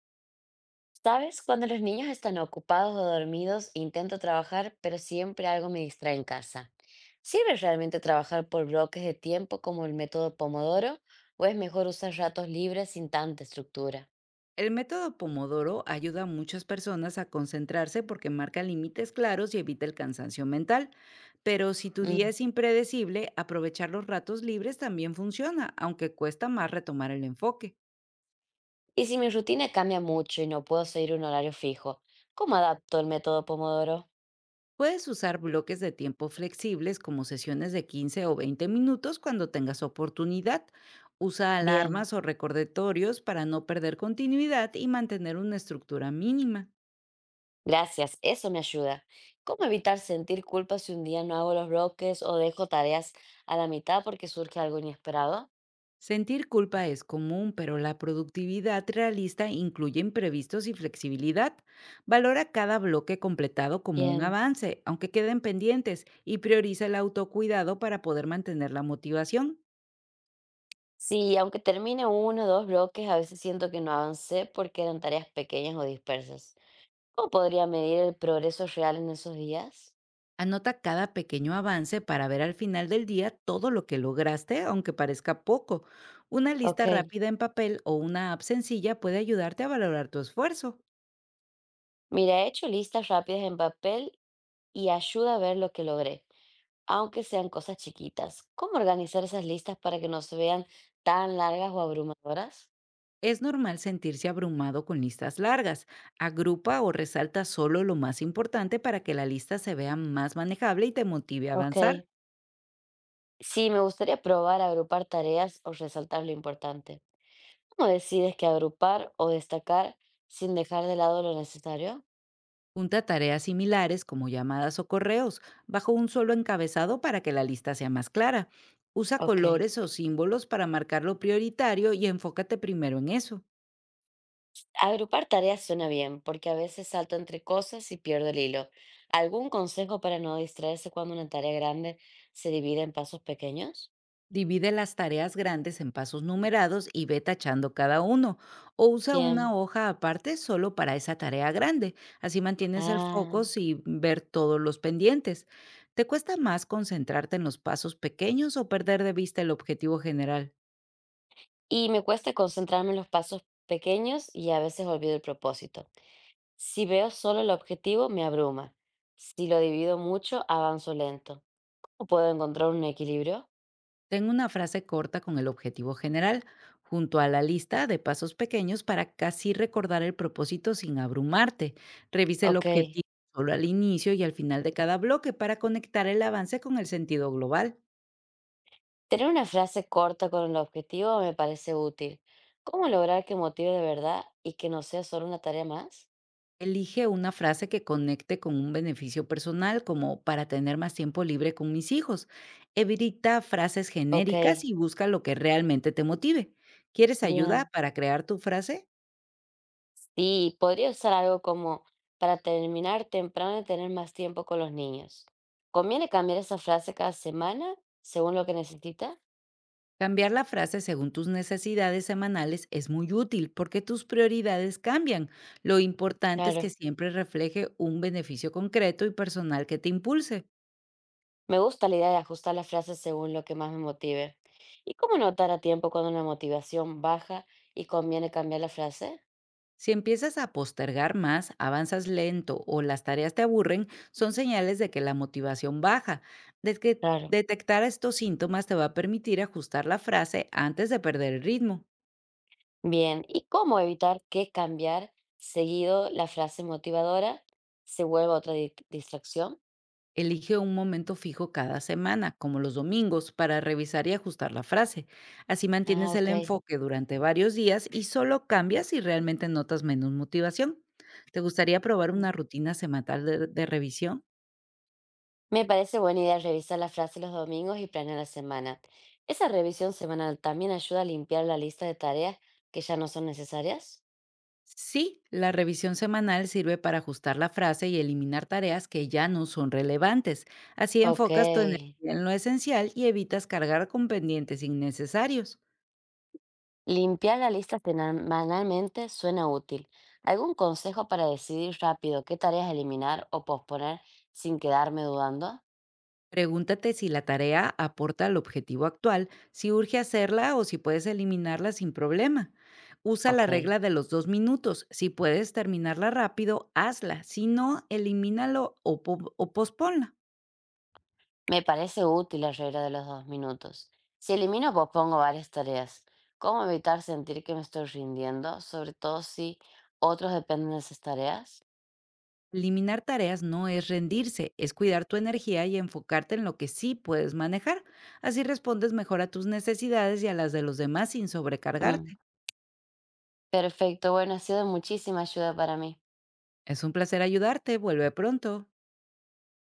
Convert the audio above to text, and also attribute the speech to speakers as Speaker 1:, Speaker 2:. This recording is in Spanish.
Speaker 1: ¿Sabes? Cuando los niños están ocupados o dormidos, intento trabajar, pero siempre algo me distrae en casa. ¿Sirve realmente trabajar por bloques de tiempo como el método Pomodoro o es mejor usar ratos libres sin tanta estructura?
Speaker 2: El método Pomodoro ayuda a muchas personas a concentrarse porque marca límites claros y evita el cansancio mental. Pero si tu día
Speaker 1: Mm.
Speaker 2: es impredecible, aprovechar los ratos libres también funciona, aunque cuesta más retomar el enfoque.
Speaker 1: Y si mi rutina cambia mucho y no puedo seguir un horario fijo, ¿cómo adapto el método Pomodoro?
Speaker 2: Puedes usar bloques de tiempo flexibles como sesiones de 15 o 20 minutos cuando tengas oportunidad. Usa
Speaker 1: Bien,
Speaker 2: alarmas o recordatorios para no perder continuidad y mantener una estructura mínima.
Speaker 1: gracias, eso me ayuda. ¿Cómo evitar sentir culpa si un día no hago los bloques o dejo tareas a la mitad porque surge algo inesperado?
Speaker 2: Sentir culpa es común, pero la productividad realista incluye imprevistos y flexibilidad. Valora cada bloque completado como un
Speaker 1: Bien.
Speaker 2: avance, aunque queden pendientes, y prioriza el autocuidado para poder mantener la motivación.
Speaker 1: Sí, aunque termine uno o dos bloques, a veces siento que no avancé porque eran tareas pequeñas o dispersas. ¿Cómo podría medir el progreso real en esos días?
Speaker 2: Anota cada pequeño avance para ver al final del día todo lo que lograste, aunque parezca poco. Una lista
Speaker 1: Ok,
Speaker 2: rápida en papel o una app sencilla puede ayudarte a valorar tu esfuerzo.
Speaker 1: mira, he hecho listas rápidas en papel y ayuda a ver lo que logré, aunque sean cosas chiquitas. ¿Cómo organizar esas listas para que no se vean tan largas o abrumadoras?
Speaker 2: Es normal sentirse abrumado con listas largas. Agrupa o resalta solo lo más importante para que la lista se vea más manejable y te motive a
Speaker 1: Ok,
Speaker 2: avanzar.
Speaker 1: sí, me gustaría probar a agrupar tareas o resaltar lo importante. ¿Cómo decides que agrupar o destacar sin dejar de lado lo necesario?
Speaker 2: Junta tareas similares como llamadas o correos bajo un solo encabezado para que la lista sea más clara. Usa
Speaker 1: Ok.
Speaker 2: colores o símbolos para marcar lo prioritario y enfócate primero en eso.
Speaker 1: Agrupar tareas suena bien, porque a veces salto entre cosas y pierdo el hilo. ¿Algún consejo para no distraerse cuando una tarea grande se divide en pasos pequeños?
Speaker 2: Divide las tareas grandes en pasos numerados y ve tachando cada uno, o usa una
Speaker 1: Bien.
Speaker 2: hoja aparte solo para esa tarea grande. Así mantienes el foco
Speaker 1: Ah.
Speaker 2: sin ver todos los pendientes. ¿Te cuesta más concentrarte en los pasos pequeños o perder de vista el objetivo general?
Speaker 1: Y me cuesta concentrarme en los pasos pequeños y a veces olvido el propósito. Si veo solo el objetivo, me abruma. Si lo divido mucho, avanzo lento. ¿O puedo encontrar un equilibrio?
Speaker 2: Tengo una frase corta con el objetivo general, junto a la lista de pasos pequeños para casi recordar el propósito sin abrumarte. Revise el
Speaker 1: Ok.
Speaker 2: objetivo solo al inicio y al final de cada bloque para conectar el avance con el sentido global.
Speaker 1: Tener una frase corta con el objetivo me parece útil. ¿Cómo lograr que motive de verdad y que no sea solo una tarea más?
Speaker 2: Elige una frase que conecte con un beneficio personal, como para tener más tiempo libre con mis hijos. Evita frases
Speaker 1: Ok,
Speaker 2: genéricas y busca lo que realmente te motive. ¿Quieres ayuda
Speaker 1: bien.
Speaker 2: para crear tu frase?
Speaker 1: Sí, podría usar algo como para terminar temprano y tener más tiempo con los niños. ¿Conviene cambiar esa frase cada semana según lo que necesita?
Speaker 2: Cambiar la frase según tus necesidades semanales es muy útil porque tus prioridades cambian. Lo importante es que
Speaker 1: Claro.
Speaker 2: siempre refleje un beneficio concreto y personal que te impulse.
Speaker 1: Me gusta la idea de ajustar la frase según lo que más me motive. ¿Y cómo no notar a tiempo cuando una motivación baja y conviene cambiar la frase?
Speaker 2: Si empiezas a postergar más, avanzas lento o las tareas te aburren, son señales de que la motivación baja. De que
Speaker 1: Claro.
Speaker 2: detectar estos síntomas te va a permitir ajustar la frase antes de perder el ritmo.
Speaker 1: Bien, ¿y cómo evitar que cambiar seguido la frase motivadora se vuelva otra distracción?
Speaker 2: Elige un momento fijo cada semana, como los domingos, para revisar y ajustar la frase. Así
Speaker 1: Ah,
Speaker 2: mantienes el
Speaker 1: ok.
Speaker 2: enfoque durante varios días y solo cambias si realmente notas menos motivación. ¿Te gustaría probar
Speaker 1: Mm.
Speaker 2: una rutina semanal de revisión?
Speaker 1: Me parece buena idea revisar la frase los domingos y planear la semana. ¿Esa revisión semanal también ayuda a limpiar la lista de tareas que ya no son necesarias?
Speaker 2: Sí, la revisión semanal sirve para ajustar la frase y eliminar tareas que ya no son relevantes. Así
Speaker 1: Ok.
Speaker 2: enfocas tu energía en lo esencial y evitas cargar con pendientes innecesarios.
Speaker 1: Limpiar la lista semanalmente suena útil. ¿Algún consejo para decidir rápido qué tareas eliminar o posponer sin quedarme dudando?
Speaker 2: Pregúntate si la tarea aporta al objetivo actual, si urge hacerla o si puedes eliminarla sin problema. Usa la
Speaker 1: Ok.
Speaker 2: regla de los dos minutos. Si puedes terminarla rápido, hazla. Si no, elimínalo o, o posponla.
Speaker 1: Me parece útil la regla de los 2 minutos. Si elimino o pospongo varias tareas, ¿cómo evitar sentir que me estoy rindiendo, sobre todo si otros dependen de esas tareas?
Speaker 2: Eliminar tareas no es rendirse, es cuidar tu energía y enfocarte en lo que sí puedes manejar. Así respondes mejor a tus necesidades y a las de los demás sin
Speaker 1: Mm,
Speaker 2: sobrecargarte.
Speaker 1: perfecto, bueno, ha sido de muchísima ayuda para mí.
Speaker 2: Es un placer ayudarte. Vuelve pronto.